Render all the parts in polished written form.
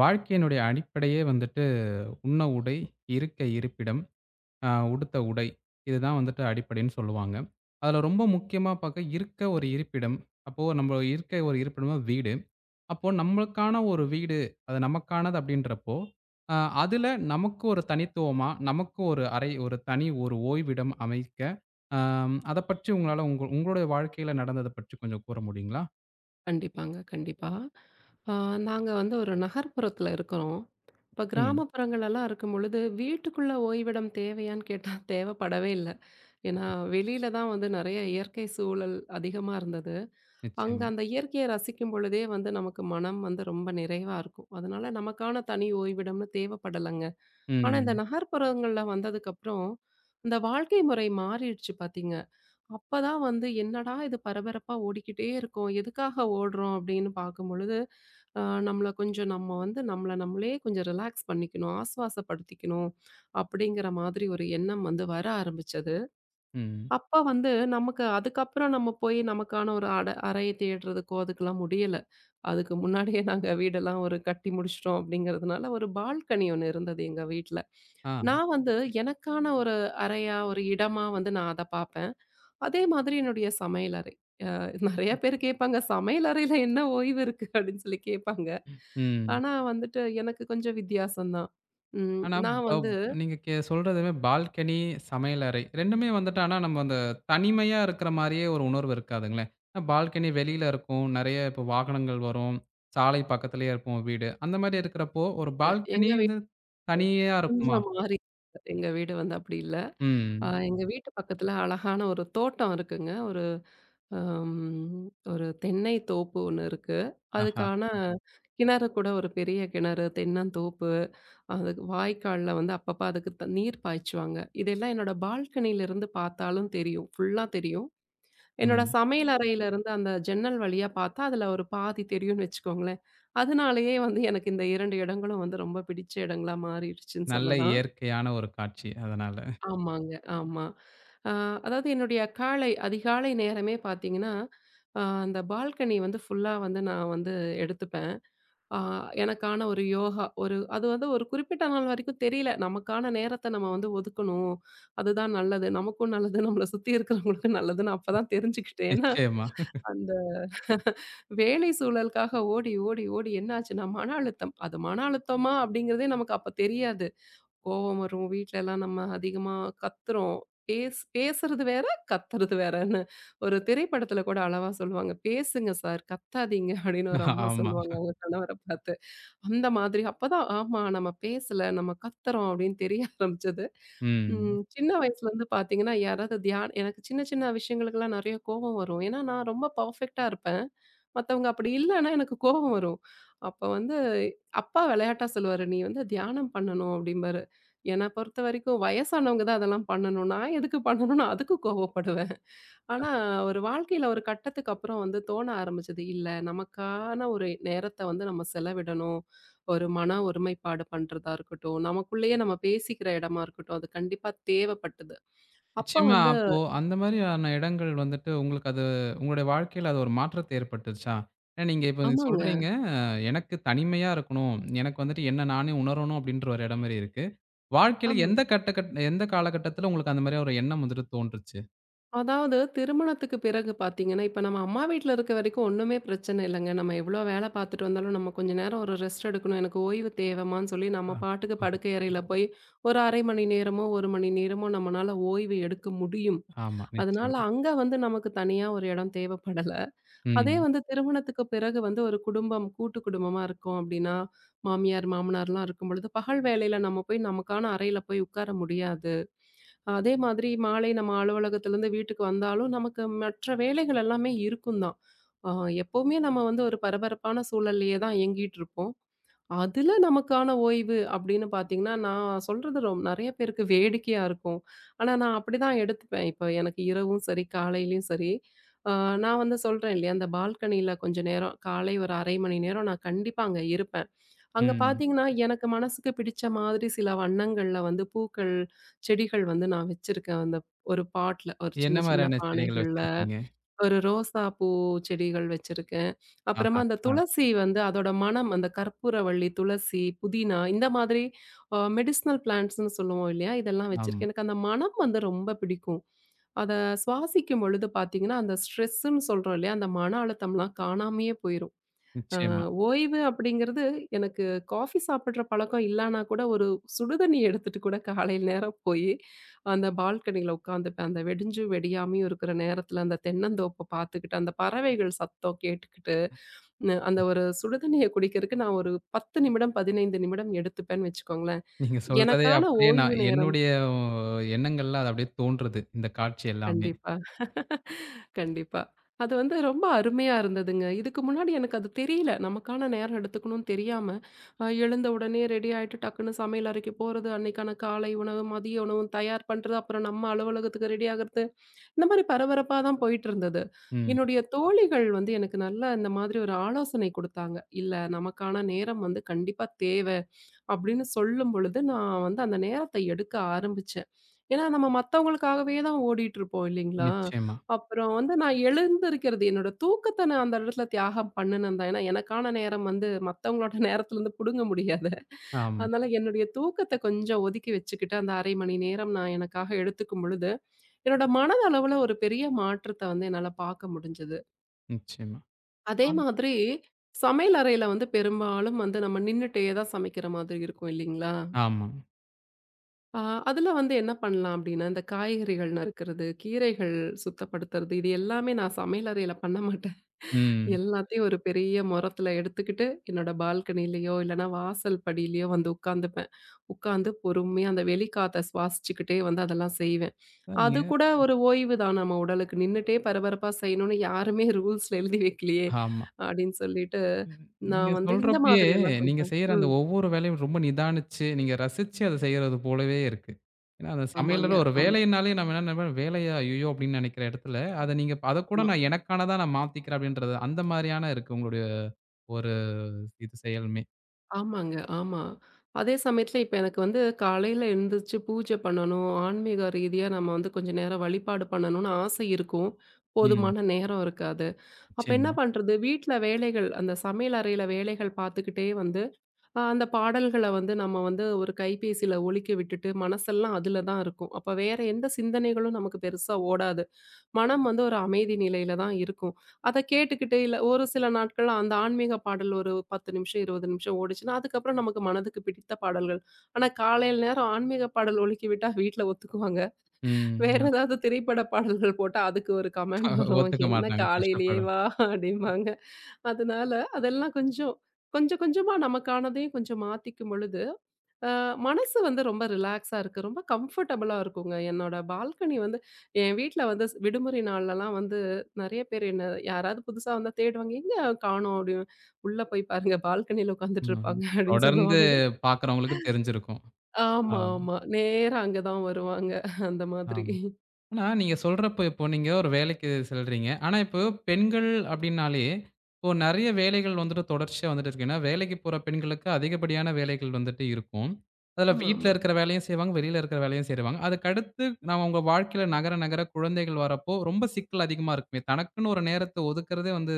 வாழ்க்கையினுடைய அடிப்படையே வந்துட்டு, உண்ண உடை, இருக்க இருப்பிடம், உடுத்த உடை. இதுதான் வந்துட்டு அடிப்படைன்னு சொல்லுவாங்க. அதுல ரொம்ப முக்கியமா பாக்க இருக்க ஒரு இருப்பிடம். அப்போ நம்ம இருக்க ஒரு இருப்பிடமா வீடு. அப்போ நம்மளுக்கான ஒரு வீடு, அது நமக்கானது அப்படின்றப்போ, அ அதுல நமக்கு ஒரு தனித்துவமா, நமக்கு ஒரு அறை, ஒரு தனி ஒரு ஓய்விடம் அமைக்க, அத பற்றி உங்களால உங்க உங்களுடைய வாழ்க்கையில நடந்தத பற்றி கொஞ்சம் கூற முடியுங்களா? கண்டிப்பாங்க, கண்டிப்பா. ஆ நாங்க வந்து ஒரு நகர்ப்புறத்துல இருக்கிறோம். இப்ப ம். கிராமப்புறங்களெல்லாம் இருக்கும்பொழுது, வீட்டுக்குள்ள ஓய்விடம் தேவையான்னு கேட்டா தேவைப்படவே இல்ல. ஏன்னா, வெளியில தான் வந்து நெறைய இயற்கை சூழல் அதிகமா இருந்தது. அங்க நிச்சயம். அந்த இயற்கையை ரசிக்கும் பொழுதே வந்து நமக்கு மனம் வந்து ரொம்ப நிறைவா இருக்கும். அதனால நமக்கான தனி ஓய்விடம்னு தேவைப்படலங்க. ஆனா, இந்த ம். நகர்ப்புறங்கள்ல வந்ததுக்கப்புறம், இந்த வாழ்க்கை முறை மாறிடுச்சு பாத்தீங்க. அப்பதான் வந்து என்னடா இது பரபரப்பா ஓடிக்கிட்டே இருக்கோம். எதுக்காக ஓடுறோம் அப்படின்னு பார்க்கும் பொழுது, அ நம்மள கொஞ்சம் நம்ம வந்து நம்மள நம்மளே கொஞ்சம் ரிலாக்ஸ் பண்ணிக்கணும், ஆஸ்வாசப்படுத்திக்கணும் அப்படிங்கிற மாதிரி ஒரு எண்ணம் வந்து வர ஆரம்பிச்சது. ம். அப்ப வந்து நமக்கு அதுக்கப்புறம் நம்ம போய் நமக்கான ஒரு அறைய தேடுறதுக்கோ அதுக்கெல்லாம் முடியல. அதுக்கு முன்னாடியே நாங்க வீடெல்லாம் ஒரு கட்டி முடிச்சுட்டோம் அப்படிங்கிறதுனால ஒரு பால்கனி ஒண்ணு இருந்தது எங்க வீட்ல. ஆ. நான் வந்து எனக்கான ஒரு அறையா, ஒரு இடமா வந்து நான் அத பார்ப்பேன். அதே மாதிரி என்னுடைய சமையலறை. நெறைய பேர் கேட்பாங்க. "சமையல் அறையில என்ன ஓய்வு இருக்கு?" அப்படின்னு சொல்லி கேட்பாங்க. ம். ஆனா வந்துட்டு எனக்கு கொஞ்சம் வித்தியாசம் தான். ம் ஆனா, நான் பவ் வந்து நீங்க சொல்றதுமே பால்கனி, சமையலறை 2மே வந்துட்டு ஆனா நம்ம அந்த தனிமையா இருக்கிற மாரியே ஒரு உணர்வு இருக்காதுங்களே. ஏன்னா பால்கனி வெளியில இருக்கும். நெறைய இப்போ வாகனங்கள் வரும். சாலை பக்கத்திலேயே இருக்கும் வீடு. அந்த மாரி இருக்கிறப்போ, ஒரு இல்ல, பால்கனி எங்க வீடு வந்து தனியா இருக்குமா? கொஞ்சம் மாறி இருக்கு. எங்க வீடு வந்து அப்படி இல்ல. ம். எங்க வீட்டு பக்கத்துல அழகான ஒரு தோட்டம் இருக்குங்க. அம் ஒரு தென்னை தோப்பு ஒண்ணு இருக்கு. ஆஹா! அதுக்கான கிணறு கூட ஒரு பெரிய கிணறு, தென்னந்தோப்பு, அதுக்கு வாய்க்கால்ல வந்து அப்பப்ப அதுக்கு நீர் பாய்ச்சுவாங்க. இதெல்லாம் என்னோட பால்கனியில இருந்து பார்த்தாலும் தெரியும். ஃபுல்லா தெரியும். என்னோட ம். சமையல் அறையில இருந்து அந்த ஜன்னல் வழியா பார்த்தா, அதுல ஒரு பாதி தெரியும்னு வச்சுக்கோங்களேன். அதனாலேயே வந்து எனக்கு இந்த 2 இடங்களும் வந்து ரொம்ப பிடிச்ச இடங்களா மாறிடுச்சுன்னு நல்ல சொல்லலாம். இயற்கையான ஒரு காட்சி அதனால. ஆமாங்க, ஆமா. அ அதாவது என்னுடைய காலை அதிகாலை நேரமே பார்த்தீங்கன்னா, அந்த பால்கனி வந்து ஃபுல்லா வந்து நான் வந்து எடுத்துப்பேன். அ எனக்கான ஒரு யோகா, ஒரு அது வந்து ஒரு குறிப்பிட்ட நாள் வரைக்கும் தெரியல. நமக்கான நேரத்த நம்ம வந்து ஒதுக்கணும். அதுதான் நல்லது. நமக்கும் நல்லது, நம்மள சுத்தி இருக்கிறவங்களுக்கும் நல்லதுன்னு அப்பதான் தெரிஞ்சுக்கிட்டேன். ஏன்னா நிச்சயமா. வேலை சூழலுக்காக ஓடி, ஓடி, ஓடி என்னாச்சுன்னா, மன அழுத்தம். அது மன அழுத்தமா அப்படிங்கிறதே நமக்கு அப்ப தெரியாது. கோவம் வரும். வீட்லலாம் நம்ம அதிகமா கத்துறோம். பேஸ் பேசுறது வேற, கத்துறது வேறன்னு. ஒரு திரைப்படத்துல கூட அழகா சொல்லுவாங்க. "பேசுங்க சார், கத்தாதீங்க" அப்படின்னு ஒரு அம்மா ஆமா. சொல்லுவாங்க அவங்க கணவர பார்த்து. அந்த மாதிரி அப்பதான் ஆமா நம்ம பேசல, நம்ம கத்துறோம் அப்படின்னு தெரிய ஆரம்பிச்சது. ம். ம். சின்ன வயசுலருந்து பார்த்தீங்கன்னா, யாராவது எனக்கு சின்ன சின்ன விஷயங்களுக்கெல்லாம் நெறைய கோவம் வரும். ஏன்னா நான் ரொம்ப பெர்ஃபெக்ட்டா இருப்பேன். மத்தவங்க அப்படி இல்லன்னா எனக்கு கோபம் வரும். அப்ப வந்து அப்பா விளையாட்டா சொல்லுவாரு, "நீ வந்து தியானம் பண்ணணும்" அப்படிம்பாரு. என்ன பொறுத்தவரைக்கும் வயசானவங்க தான் அதெல்லாம் பண்ணணும். நான் எதுக்கு பண்ணணும்னு அதுக்கு கோவப்படுவேன். ஆனா, ஒரு வாழ்க்கையில ஒரு கட்டத்துக்கு அப்புறம் வந்து தோண ஆரம்பிச்சது. இல்ல நமக்கான ஒரு நேரத்த வந்து நம்ம செலவிடணும். ஒரு மன ஒருமைப்பாடு பண்றதா இருக்கட்டும், நமக்குள்ளேயே நம்ம பேசிக்கிற இடமா இருக்கட்டும், அது கண்டிப்பா தேவைப்பட்டது. அப்ப நிச்சயமா. வந்து அப்போ அந்த மாரியான இடங்கள் வந்துட்டு உங்களுக்கு அது உங்களுடைய வாழ்க்கையில அது ஒரு மாற்றத்த ஏற்பட்டுச்சா? ஏன்னா நீங்க இப்ப ஆமாங்க. சொல்றீங்க, "எனக்கு தனிமையா இருக்கணும். எனக்கு வந்துட்டு என்ன நானே உணரணும்." அப்படின்ற ஒரு இடம் மாரி இருக்கு. வாழ்க்கையில ஆமா. எந்த கட்ட கட் எந்த காலகட்டத்தில உங்களுக்கு அந்த மாரியா ஒரு எண்ணம் வந்துட்டு தோன்றுச்சு? அதாவது திருமணத்துக்கு பிறகு பார்த்தீங்கன்னா, இப்ப நம்ம அம்மா வீட்ல இருக்க வரைக்கும் ஒண்ணுமே பிரச்சனை இல்லங்க. நம்ம எவ்வளோ வேலை பார்த்துட்டு வந்தாலும், நம்ம கொஞ்ச நேரம் ஒரு ரெஸ்ட் எடுக்கணும். எனக்கு ஓய்வு தேவமான்னு சொல்லி நம்ம அ. பாட்டுக்கு ஆமா. படுக்கை அறையில போய் ஒரு 1/2 மணி நேரமோ, 1 மணி நேரமோ நம்மனால ஓய்வு எடுக்க முடியும். ஆமா. அதனால நிச்சயம். அங்க வந்து நமக்கு தனியா ஒரு இடம் தேவைப்படல. அதே ம். வந்து திருமணத்துக்கு பிறகு வந்து ஒரு குடும்பம், கூட்டு குடும்பமா இருக்கோம் அப்படின்னா, மாமியார், மாமனார்லாம் இருக்கும் பொழுது, பகல் வேளையில நம்ம போய் நமக்கான அறையில போய் உட்கார முடியாது. அதே மாதிரி மாலை நம்ம அலுவலகத்திலேருந்து வீட்டுக்கு வந்தாலும் நமக்கு மற்ற வேலைகள் எல்லாமே இருக்கும் தான். அ எப்பவுமே நம்ம வந்து ஒரு பரபரப்பான சூழல்லயே தான் இயங்கிட்டு இருப்போம். அதுல நமக்கான ஓய்வு அப்படின்னு பார்த்தீங்கன்னா, நான் சொல்றது நெறைய பேருக்கு வேடிக்கையா இருக்கும். ஆனா, நான் அப்படிதான் எடுத்துப்பேன். இப்ப எனக்கு இரவும் சரி, காலையிலயும் சரி, அ நான் வந்து சொல்றேன் இல்லையா, அந்த பால்கனியில கொஞ்ச நேரம் காலை ஒரு 1/2 மணி நேரம் நான் கண்டிப்பா அங்க இருப்பேன். அங்க ம். பார்த்தீங்கன்னா, எனக்கு மனசுக்கு பிடிச்ச மாதிரி சில வண்ணங்கள்ல வந்து பூக்கள், செடிகள் வந்து நான் வச்சிருக்கேன். அந்த ஒரு பாட்ல ஒரு என்ன சின்ன சின்ன மாரியான செடிகள் பானைகள்ல. வச்சிருக்கீங்க? ஒரு ரோசா பூ செடிகள் வச்சிருக்கேன். அப்புறமா ஆஹா. அந்த ஆ. துளசி வந்து அதோட மணம், அந்த கற்பூரவள்ளி, துளசி, புதினா இந்த மாதிரி மெடிசினல் பிளான்ட்ஸ்ன்னு சொல்லுவோம் இல்லையா? இதெல்லாம் ஆமா. வச்சிருக்கேன். எனக்கு அந்த மணம் வந்து ரொம்ப பிடிக்கும். அத சுவாசிக்கும் பொழுது பார்த்தீங்கன்னா, அந்த ஸ்ட்ரெஸ்ன்னு சொல்றோம் இல்லையா? அந்த மன அழுத்தம்லாம் காணாமயே போயிரும். அ நிச்சயமா. ஓய்வு அப்படிங்கிறது எனக்கு காஃபி சாப்பிடுற பழக்கம் இல்லனா கூட, ஒரு சுடுதண்ணி எடுத்துட்டு கூட காலையில நேரம் போயி, அந்த பால்கனியில உட்காந்துப்பேன். அந்த வெடிஞ்சும் வெடியாமயும் இருக்கிற நேரத்தில அந்த தென்னந்தோப்ப பார்த்துக்கிட்டு, அந்த பறவைகள் சத்தம் கேட்டுக்கிட்டு, அந்த ஒரு சுடுதண்ணிய குடிக்கிறதுக்கு நான் ஒரு 10 நிமிடம், 15 நிமிடம் எடுத்துப்பேன்னு வச்சுக்கோங்களேன். நீங்க சொல்றதே எனக்கான அப்படியே நான் ஓய்வு நேரம் என்னுடைய எண்ணங்கள்ல அது அப்படியே தோன்றுது. இந்த காட்சி எல்லாமே. கண்டிப்பா. கண்டிப்பா. அது வந்து ரொம்ப அருமையா இருந்ததுங்க. இதுக்கு முன்னாடி எனக்கு அது தெரியல. நமக்கான நேரம் எடுத்துக்கணும்னு தெரியாம, எழுந்த உடனே ரெடி ஆயிட்டு டக்குன்னு சமையல் அறைக்கு போறது, அன்னைக்கான காலை உணவு, மதிய உணவும் தயார் பண்றது, அப்புறம் நம்ம அலுவலகத்துக்கு ரெடி ஆகுறது, இந்த மாரி பரபரப்பா தான் போயிட்டு இருந்தது. ம். என்னுடைய தோழிகள் வந்து எனக்கு நல்லா இந்த மாதிரி ஒரு ஆலோசனை குடுத்தாங்க. "இல்ல நமக்கான நேரம் வந்து கண்டிப்பா தேவ. அப்படின்னு சொல்லும் பொழுது, நான் வந்து அந்த நேரத்த எடுக்க ஆரம்பிச்சேன். ஏன்னா, நம்ம மத்தவங்களுக்காகவே தான் ஓடிட்டுருப்போம் இல்லைங்களா? நிச்சயமா. அப்புறம் வந்து நான் எழுந்திருக்கிறது என்னோட தூக்கத்த நான் அந்த இடத்துல தியாகம் பண்ணுனேன் தான். ஏன்னா, எனக்கான நேரம் வந்து மத்தவங்களோட நேரத்துலருந்து புடுங்க முடியாது. ஆமா. அதனால என்னுடைய தூக்கத்த கொஞ்சம் ஒதுக்கி வச்சுக்கிட்டு, அந்த 1/2 மணி நேரம் நான் எனக்காக எடுத்துக்கும் பொழுது, என்னோட மனதளவுல ஒரு பெரிய மாற்றத்த வந்து என்னால பார்க்க முடிஞ்சது. நிச்சயமா. அதே ஆமா. மாதிரி சமையல் அறையில வந்து பெரும்பாலும் வந்து நம்ம நின்னுட்டே தான் சமைக்கிற மாதிரி இருக்கும் இல்லைங்களா? ஆமா. ஆ, அதுல வந்து என்ன பண்ணலாம் அப்படின்னா, இந்த காய்கறிகள் நறுக்கிறது, கீரைகள் சுத்தப்படுத்துறது, இது எல்லாமே நான் சமையல் அறையில பண்ண மாட்டேன். ம். எல்லாத்தையும் ஒரு பெரிய மொறத்துல எடுத்துக்கிட்டு, என்னோட பால்கனிலயோ இல்லன்னா வாசல் படியிலயோ வந்து உட்காந்துப்பேன். உட்காந்து பொறுமையா அந்த வெளிக்காத்த சுவாசிச்சுக்கிட்டே வந்து அதெல்லாம் செய்வேன். அதான் அது நீங்க கூட ஒரு ஓய்வு தான் நம்ம உடலுக்கு. நின்னுட்டே பரபரப்பா செய்யணும்னு யாருமே ரூல்ஸ்ல எழுதி வைக்கலையே! ஆமா. அப்படின்னு சொல்லிட்டு, நீங்க நான் வந்து இந்த சொல்றப்பயே, மாதிரி எல்லாம் நீங்க கொஞ்சம் செய்ற அந்த ம். ஒவ்வொரு வேலையும் ரொம்ப நிதானிச்சு, நீங்க ரசிச்சு அத செய்றது போலவே இருக்கு. ஏன்னா, அந்த ஆமாங்க. சமையலற ஒரு ஆமா, வேலைனாலே நம்ம என்ன நெனைப்போம், "வேலையா? ஐய்யயோ!" அப்படின்னு நெனைக்கிற இடத்துல, அத நீங்க அதக்கூட ஆமா. நான் எனக்கானதா நான் மாத்திக்கிறேன் அப்படின்றது, அந்த மாரியான இருக்கு உங்களுடைய ஒரு இது செயலுமே. ஆமாங்க. ஆமா. அதே சமயத்துல இப்ப எனக்கு வந்து காலையில எழுந்திரிச்சு பூஜை பண்ணணும். ஆன்மீக ரீதியா நம்ம வந்து கொஞ்ச நேரம் வழிபாடு பண்ணணும்னு ஆசை இருக்கும். ம். போதுமான நேரம் இருக்காது. அப்ப என்ன நிச்சயமா. பண்றது? வீட்ல வேலைகள் அந்த சமையல் அறையில வேலைகள் பார்த்துக்கிட்டே வந்து அந்த பாடல்கள வந்து நம்ம வந்து ஒரு கைபேசியில ஒலிக்க விட்டுட்டு மனசெல்லாம் அதுல தான் இருக்கும். அப்ப வேற எந்த சிந்தனைகளும் நமக்கு பெருசா ஓடாது. மனம் வந்து ஒரு அமைதி நிலையில தான் இருக்கும். அத கேட்டுக்கிட்டு, இல்ல ஒரு சில நாட்கள் அந்த ஆன்மீக பாடல் ஒரு 10 நிமிஷம், 20 நிமிஷம் ஓடுச்சுன்னா, அதுக்கப்புறம் நமக்கு மனதுக்கு பிடித்த பாடல்கள். ஆனா காலையில நேரம் ஆன்மீக பாடல் ஒலிக்கிவிட்டா வீட்ல ஒத்துக்குவாங்க. ம். வேற ஏதாவது திரைப்பட பாடல்கள் போட்டா அதுக்கு ஒரு கமெண்ட் வரும். ஒத்துக்க "என்ன மாட்டாங்க. கஷ்டப்படும். காலையிலேயேவா?" அப்படிம்பாங்க. அதனால அதெல்லாம் கொஞ்சம் கொஞ்சம் கொஞ்சமா நமக்கானதையும் கொஞ்சம் மாத்திக்கும் பொழுது அ மனசு வந்து ரொம்ப ரிலாக்ஸா இருக்கு. ரொம்ப கம்ஃபர்டபுளா இருக்குங்க. என்னோட பால்கனி வந்து என் வீட்ல வந்து விடுமுறை நாள்லலாம் வந்து நெறைய பேர் என்ன யாராவது புதுசா வந்தா தேடுவாங்க. "எங்க காணோம்?" அப்படின்னு. "உள்ள போய் பாருங்க. பால்கனியில உட்காந்துட்டு ம். இருப்பாங்க" அப்படின்னு தொடர்ந்து சொல்லுவாங்க. பார்க்குறவங்களுக்கு தெரிஞ்சிருக்கும். ஆமா, ஆமா, ஆமா. நேரா அங்க தான் வருவாங்க. அந்த மாதிரி. ஆமா. ஆனா, நீங்க சொல்றப்போ இப்போ நீங்க ஒரு வேலைக்கு செல்றீங்க. ஆனா, இப்போ பெண்கள் அப்டின்னாலே, இப்போ நெறைய வேலைகள் வந்துட்டு தொடர்ச்சியா வந்துட்டு இருக்கு. ஏன்னா, வேலைக்கு போற பெண்களுக்கு அதிகப்படியான வேலைகள் வந்துட்டு இருக்கும். அதுல ஆமா, வீட்ல ஆமா. இருக்கிற வேலையும் செய்வாங்க, வெளியில இருக்கிற வேலையும் செய்வாங்க. அதுக்கடுத்து உங்க வாழ்க்கையில நகர, நகர குழந்தைகள் வரப்போ ரொம்ப சிக்கல் அதிகமா இருக்குமே. தனக்குன்னு ஒரு நேரத்த ஒதுக்குறதே வந்து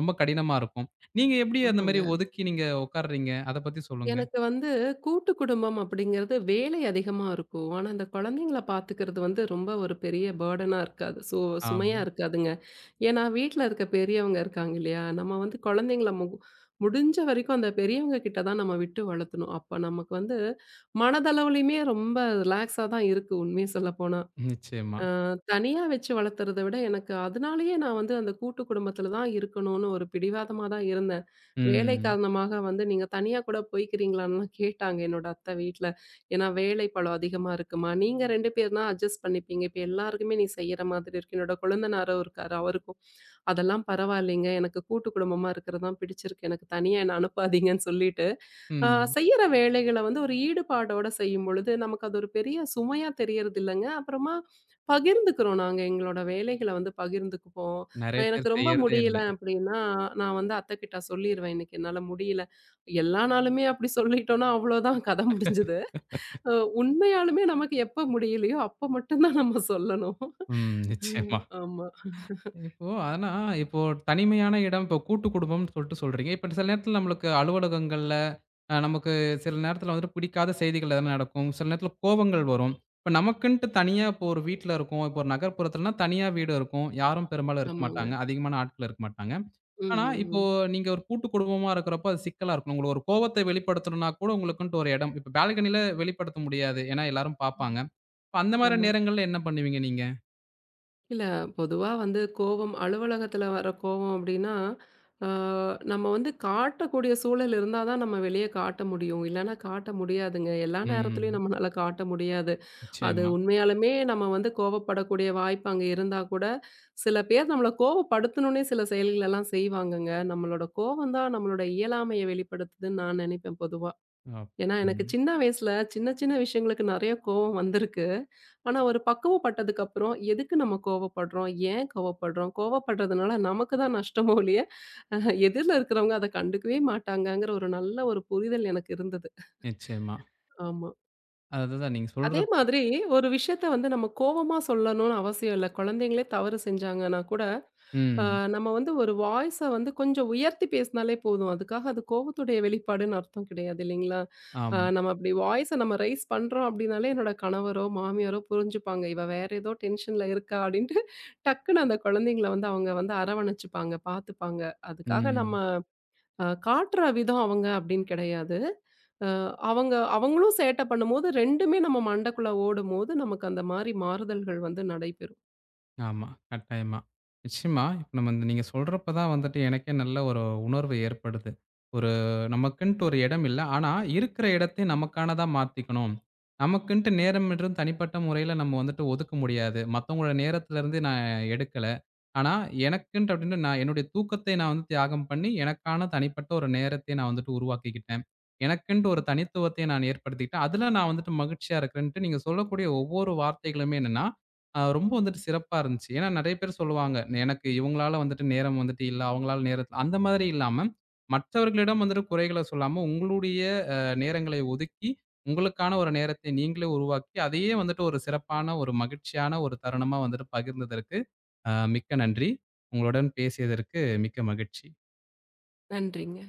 ரொம்ப கடினமா இருக்கும். நீங்க எப்டி அந்த ஆமாங்க. மாரி ஒதுக்கி நீங்க உட்கார்றீங்க? அத பத்தி சொல்லுங்க. எனக்கு வந்து கூட்டு குடும்பம் அப்படிங்கிறது வேலை அதிகமா இருக்கும். ஆனா, இந்த குழந்தைங்கள பார்த்துக்கிறது வந்து ரொம்ப ஒரு பெரிய பர்டனா இருக்காது. ஆமா. சுமையா இருக்காதுங்க. ஏன்னா, வீட்ல இருக்க பெரியவங்க இருக்காங்க இல்லையா? நம்ம வந்து குழந்தைங்கள முடிஞ்ச வரைக்கும் அந்த பெரியவங்க கிட்ட தான் நம்ம விட்டு வளர்த்தணும். அப்ப நமக்கு வந்து மனதளவுலயுமே ரொம்ப ரிலாக்ஸா தான் இருக்கு. உண்மைய சொல்லப்போனா. நிச்சயமா. அ தனியா வச்சு வளர்த்துறத விட எனக்கு அதனாலேயே நான் வந்து அந்த கூட்டு குடும்பத்தில தான் இருக்கணும்னு ஒரு பிடிவாதமா தான் இருந்தேன். வேலை ம். காரணமாக வந்து நீங்க தனியா கூட போய்க்கிறீங்களான்னுலாம் கேட்டாங்க என்னோட அத்தை வீட்ல. ஏன்னா வேலை பளு அதிகமா இருக்குமா, நீங்க 2 பேர் தான் அட்ஜஸ்ட் பண்ணிப்பீங்க. இப்ப எல்லாருக்குமே நீ செய்ற மாதிரி இருக்கு. என்னோட கொழுந்தனாரும் இருக்காரு அவருக்கும். அதெல்லாம் பரவாயில்லைங்க. எனக்கு கூட்டு குடும்பமா இருக்கிறது தான் பிடிச்சிருக்கு. எனக்கு தனியா என்ன அனுப்பாதீங்கன்னு சொல்லிட்டு ஆ, ம். செய்யற வேலைகள வந்து ஒரு ஈடுபாடோட செய்யும்பொழுது, நமக்கு அது ஒரு பெரிய சுமையா தெரியறதில்லங்க. அப்புறமா பகிர்ந்துக்கிறோம் நாங்க எங்களோட வேலைகள வந்து பகிர்ந்துக்குப்போம். நெறைய எனக்கு பேர் ரொம்ப செய்யறதே இல்ல. முடியல அப்டின்னா, நான் வந்து அத்தகிட்ட சொல்லிருவேன், "இன்னைக்கு என்னால முடியல." எல்லா நாளுமே அப்டி சொல்லிட்டோம்னா அவ்ளோதான் கத முடிஞ்சது. அ உண்மையாலுமே நமக்கு எப்ப முடியலையோ, அப்ப மட்டும் தான் நம்ம சொல்லணும். ம். அஹ் நிச்சயமா. ஆமா. இப்போ ஆனா, இப்போ தனிமையான இடம், இப்போ கூட்டு குடும்பம்னு சொல்லிட்டு சொல்றீங்க. இப்ப சில நேரத்தில நம்மளுக்கு அலுவலகங்கள்ல, நமக்கு சில நேரத்தில வந்துட்டு பிடிக்காத செய்திகள் எதனா நடக்கும். சில நேரத்தில கோபங்கள் வரும். இப்ப நமக்குன்ட்டு தனியா இப்போ ஒரு வீட்ல இருக்கோம். இப்போ ஒரு நகர்ப்புறத்துலனா தனியா வீடு இருக்கும். யாரும் பெரும்பாலும் இருக்க ஆமாங்க. மாட்டாங்க. அதிகமான ஆட்கள் இருக்க மாட்டாங்க. ம், ஆனா, ம், இப்போ ம். நீங்க ஒரு கூட்டு குடும்பமா இருக்கிறப்போ அது சிக்கலா இருக்கும். உங்களுக்கு ஒரு கோபத்த வெளிப்படுத்தணும்னா கூட உங்களுக்குன்ட்டு ஒரு இடம். இப்ப பால்கனில வெளிப்படுத்த முடியாது. ஏன்னா எல்லாரும் பார்ப்பாங்க. இப்ப அந்த மாரி ஆமா. நேரங்கள்ல என்ன பண்ணுவீங்க நீங்க? இல்ல, பொதுவா வந்து கோவம் அலுவலகத்துல வர கோவம் அப்டின்னா, ஆ நம்ம வந்து காட்டக்கூடிய சூழல் இருந்தா தான் நம்ம வெளிய காட்ட முடியும். இல்லன்னா காட்ட முடியாதுங்க. எல்லா நேரத்துலயும் ம். நம்மளால காட்ட முடியாது. அது நிச்சயமா. உண்மையாலுமே நம்ம வந்து கோவப்படக்கூடிய வாய்ப்பு அங்க இருந்தா கூட, சில பேர் நம்மள கோவப்படுத்தணும்னே சில செயல்களெல்லாம் செய்வாங்கங்க. நம்மளோட கோவம் தான் நம்மளோட இயலாமைய வெளிப்படுத்துதுன்னு நான் நெனைப்பேன் பொதுவா. அப் ஏன்னா, எனக்கு ம். சின்ன வயசுல சின்ன சின்ன விஷயங்களுக்கு நெறைய கோவம் வந்திருக்கு. ஆனா, ஒரு பக்குவப்பட்டதுக்கப்புறம், எதுக்கு நம்ம கோவப்படுறோம்? ஏன் கோவப்படுறோம்? கோவப்படுறதுனால நமக்கு தான் நஷ்டமோ ஒழிய, அ எதிர்ல இருக்கிறவங்க அத கண்டுக்கவே மாட்டாங்கங்கிற ஒரு நல்ல ஒரு புரிதல் எனக்கு இருந்தது. நிச்சயமா. ஆமா. அதுதான் நீங்க அதே சொல்ற மாதிரி ஒரு விஷயத்த வந்து நம்ம கோவமா சொல்லணும்னு அவசியம் இல்ல. குழந்தைங்களே தவறு செஞ்சாங்கன்னா கூட, அ ம். நம்ம வந்து ஒரு வாய்ஸ வந்து கொஞ்சம் உயர்த்தி பேசினாலே போதும். அதுக்காக அது கோவத்துடைய வெளிப்பாடுன்னு அர்த்தம் கிடையாது இல்லைங்களா? ஆமா. நம்ம அப்படி வாய்ஸ நம்ம ரைஸ் பண்றோம் அப்படின்னாலே என்னோட கணவரோ, மாமியாரோ புரிஞ்சுப்பாங்க. "இவ வேற ஏதோ டென்ஷன்ல இருக்கா" அப்படின்ட்டு டக்குனு அந்த குழந்தைங்கள வந்து அவங்க வந்து அரவணைச்சுப்பாங்க, பார்த்துப்பாங்க. அதுக்காக நம்ம ம். காட்டுற விதம் அவங்க அப்படின்னு கிடையாது. அ அவங்க அவங்களும் சேட்டை பண்ணும்போது 2மே நம்ம மண்டைக்குள்ள ஓடும்போது, நமக்கு அந்த மாரி மாறுதல்கள் வந்து நடைபெறும். ஆமா. கட்டாயமா. நிச்சயமா. இப்ப நம்ம இந்த நீங்க சொல்றப்ப தான் வந்துட்டு எனக்கே நல்ல ஒரு உணர்வு ஏற்படுது. ஒரு நமக்குன்ட்டு ஒரு இடம் இல்ல. ஆனா, இருக்கிற இடத்தை நமக்கானதா மாத்திக்கணும். நமக்குன்ட்டு நேரம்ன்றது தனிப்பட்ட முறையில நம்ம வந்துட்டு ஒதுக்க முடியாது. மத்தவங்களோட நேரத்திலருந்து நான் எடுக்கல. ஆனா, எனக்குன்ட்டு அப்டின்னு நான் என்னுடைய தூக்கத்தை நான் வந்து தியாகம் பண்ணி, எனக்கான தனிப்பட்ட ஒரு நேரத்தை நான் வந்துட்டு உருவாக்கிக்கிட்டேன். எனக்குன்ட்டு ஒரு தனித்துவத்தை நான் ஏற்படுத்திக்கிட்டேன். அதுல நான் வந்துட்டு மகிழ்ச்சியா இருக்கிறேன்ட்டு நீங்க சொல்லக்கூடிய ஒவ்வொரு வார்த்தைகளுமே என்னன்னா, ரொம்ப வந்துட்டு சிறப்பா இருந்துச்சு. ஏன்னா நெறைய பேர் சொல்லுவாங்க. எனக்கு இவங்களால வந்துட்டு நேரம் வந்துட்டு இல்ல, அவங்களால நேரத்துல அந்த மாதிரி இல்லாம, மற்றவர்களிடம் வந்துட்டு குறைகள சொல்லாம, உங்களுடைய அ நேரங்களை ஒதுக்கி, உங்களுக்கான ஒரு நேரத்தை நீங்களே உருவாக்கி, அதையே வந்துட்டு ஒரு சிறப்பான, ஒரு மகிழ்ச்சியான ஒரு தருணமா வந்துட்டு பகிர்ந்ததற்கு, மிக்க நன்றி. உங்களுடன் பேசியதற்கு மிக்க மகிழ்ச்சி. நன்றிங்க.